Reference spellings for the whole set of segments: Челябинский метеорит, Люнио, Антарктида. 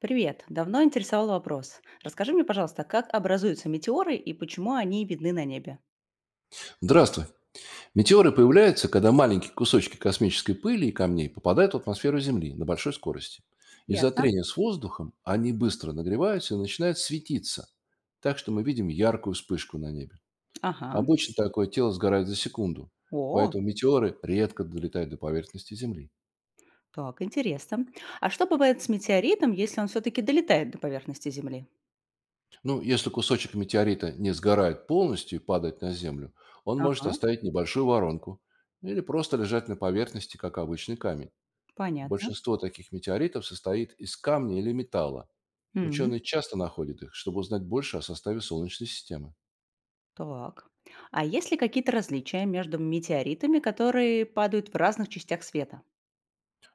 Привет! Давно интересовал вопрос. Расскажи мне, пожалуйста, как образуются метеоры и почему они видны на небе? Здравствуй. Метеоры появляются, когда маленькие кусочки космической пыли и камней попадают в атмосферу Земли на большой скорости. Из-за Ясно. трения с воздухом они быстро нагреваются и начинают светиться, так что мы видим яркую вспышку на небе. Ага. Обычно такое тело сгорает за секунду, О, поэтому метеоры редко долетают до поверхности Земли. так, интересно. А что бывает с метеоритом, если он все-таки долетает до поверхности Земли? Ну, если кусочек метеорита не сгорает полностью и падает на Землю, он может Ага, оставить небольшую воронку или просто лежать на поверхности, как обычный камень. понятно. Большинство таких метеоритов состоит из камня или металла. Мгм. Ученые часто находят их, чтобы узнать больше о составе Солнечной системы. Так. А есть ли какие-то различия между метеоритами, которые падают в разных частях света?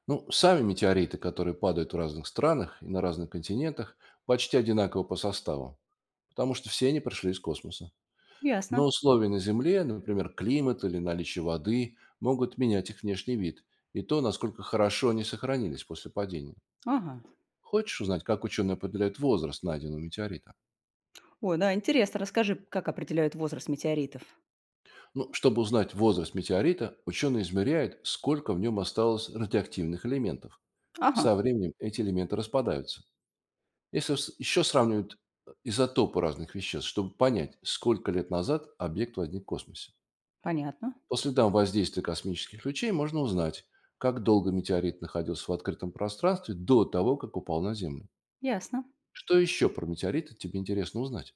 Ну, сами метеориты, которые падают в разных странах и на разных континентах, почти одинаковы по составу, потому что все они пришли из космоса. Ясно. Но условия на Земле, например, климат или наличие воды, могут менять их внешний вид и то, насколько хорошо они сохранились после падения. Ага. Хочешь узнать, как ученые определяют возраст найденного метеорита? Ой, да, интересно. Расскажи, как определяют возраст метеоритов. Ну, чтобы узнать возраст метеорита, ученые измеряют, сколько в нем осталось радиоактивных элементов. Ага, Со временем эти элементы распадаются. Если с- Еще сравнивают изотопы разных веществ, чтобы понять, сколько лет назад объект возник в космосе. понятно. По следам воздействия космических лучей можно узнать, как долго метеорит находился в открытом пространстве до того, как упал на Землю. Ясно. Что еще про метеориты тебе интересно узнать?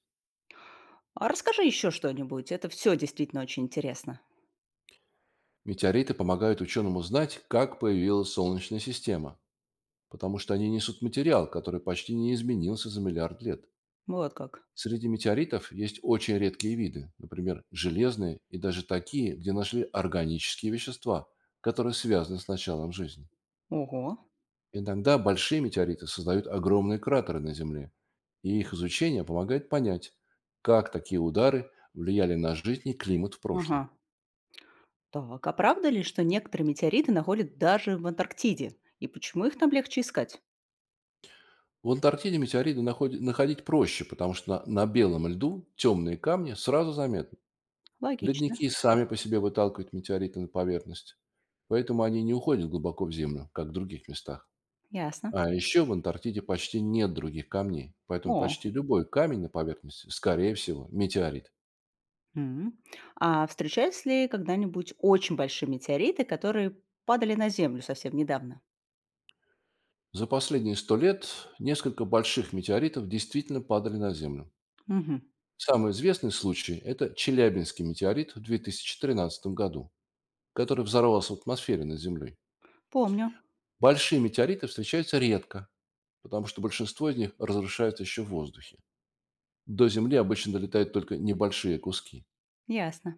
А расскажи еще что-нибудь. Это все действительно очень интересно. Метеориты помогают ученому знать, как появилась Солнечная система, потому что они несут материал, который почти не изменился за 1 миллиард лет. Вот как. Среди метеоритов есть очень редкие виды, например, железные и даже такие, где нашли органические вещества, которые связаны с началом жизни. Ого. Иногда большие метеориты создают огромные кратеры на Земле, и их изучение помогает понять, как такие удары влияли на жизнь и климат в Ага. прошлом. Так, а правда ли, что некоторые метеориты находят даже в Антарктиде? И почему их там легче искать? В Антарктиде метеориты находить проще, потому что на белом льду темные камни сразу заметны. Логично. Ледники сами по себе выталкивают метеориты на поверхность, поэтому они не уходят глубоко в землю, как в других местах. Ясно. А еще в Антарктиде почти нет других камней, поэтому О. почти любой камень на поверхности, скорее всего, метеорит. М. А встречались ли когда-нибудь очень большие метеориты, которые падали на Землю совсем недавно? За последние 100 лет несколько больших метеоритов действительно падали на Землю. Мгм. Самый известный случай — это Челябинский метеорит в 2013 году, который взорвался в атмосфере над Землей. Помню. Большие метеориты встречаются редко, потому что большинство из них разрушаются еще в воздухе. До Земли обычно долетают только небольшие куски. Ясно.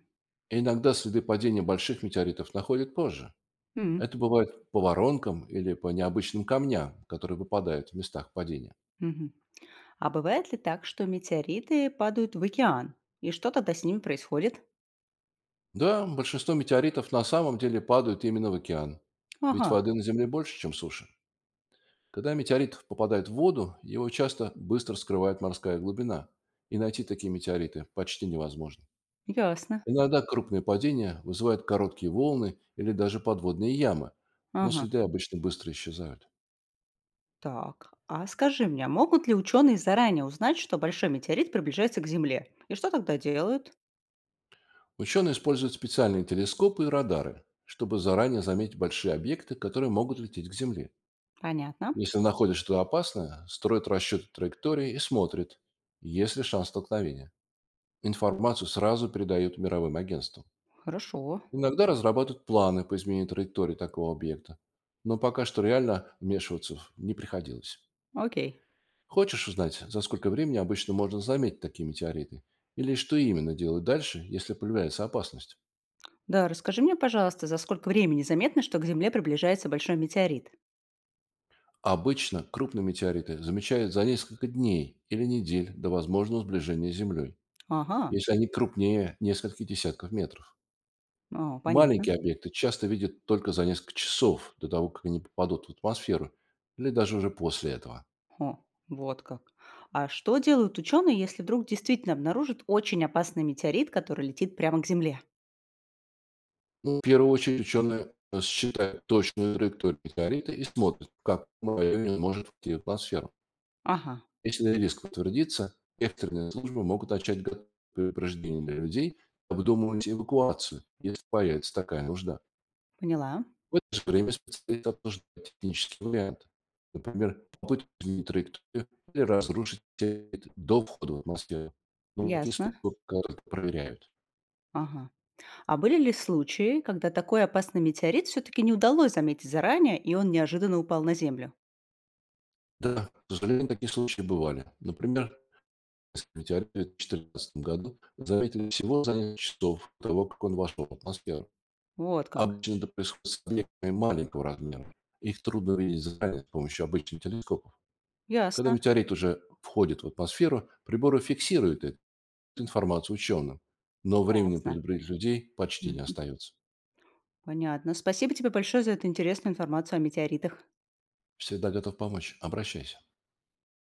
Иногда следы падения больших метеоритов находят позже. М. Это бывает по воронкам или по необычным камням, которые выпадают в местах падения. Мгм. А бывает ли так, что метеориты падают в океан? И что тогда с ними происходит? Да, большинство метеоритов на самом деле падают именно в океан. Ведь Ага. воды на Земле больше, чем суши. Когда метеорит попадает в воду, его часто быстро скрывает морская глубина. И найти такие метеориты почти невозможно. Ясно. Иногда крупные падения вызывают короткие волны или даже подводные ямы, но Ага, следы обычно быстро исчезают. так. А скажи мне, а могут ли ученые заранее узнать, что большой метеорит приближается к Земле? И что тогда делают? Ученые используют специальные телескопы и радары, чтобы заранее заметить большие объекты, которые могут лететь к Земле. Понятно. Если находят что-то опасное, строят расчеты траектории и смотрят, есть ли шанс столкновения. Информацию сразу передают мировым агентствам. Хорошо. Иногда разрабатывают планы по изменению траектории такого объекта, но пока что реально вмешиваться не приходилось. Окей. Хочешь узнать, за сколько времени обычно можно заметить такие метеориты? Или что именно делать дальше, если появляется опасность? Да, расскажи мне, пожалуйста, за сколько времени заметно, что к Земле приближается большой метеорит? Обычно крупные метеориты замечают за несколько дней или недель до возможного сближения с Землей, Ага. если они крупнее нескольких десятков метров. О, понятно. Маленькие объекты часто видят только за несколько часов до того, как они попадут в атмосферу, или даже уже после этого. О, вот как. А что делают ученые, если вдруг действительно обнаружат очень опасный метеорит, который летит прямо к Земле? Ну, в первую очередь ученые считают точную траекторию метеорита и смотрят, как в каком районе он может войти в атмосферу. Ага, Если риск подтвердится, экстренные службы могут начать готовить предупреждения для людей, обдумывать эвакуацию, если появится такая нужда. поняла. В это же время специалисты обсуждают технические варианты. Например, попытку изменить траекторию или разрушить сеть до входа в атмосферу. Но такие Ясно. способы пока только проверяют. Ага. А были ли случаи, когда такой опасный метеорит все-таки не удалось заметить заранее, и он неожиданно упал на Землю? Да, к сожалению, такие случаи бывали. Например, метеорит в 2014 году заметили всего за несколько часов до того, как он вошел в атмосферу. Вот как. Обычно это происходит с объектами маленького размера. Их трудно видеть заранее с помощью обычных телескопов. Когда Ясно, метеорит уже входит в атмосферу, приборы фиксируют эту информацию ученым, но времени ясно. предупредить людей почти не Мгм. остается. Понятно. Спасибо тебе большое за эту интересную информацию о метеоритах. Всегда готов помочь. Обращайся.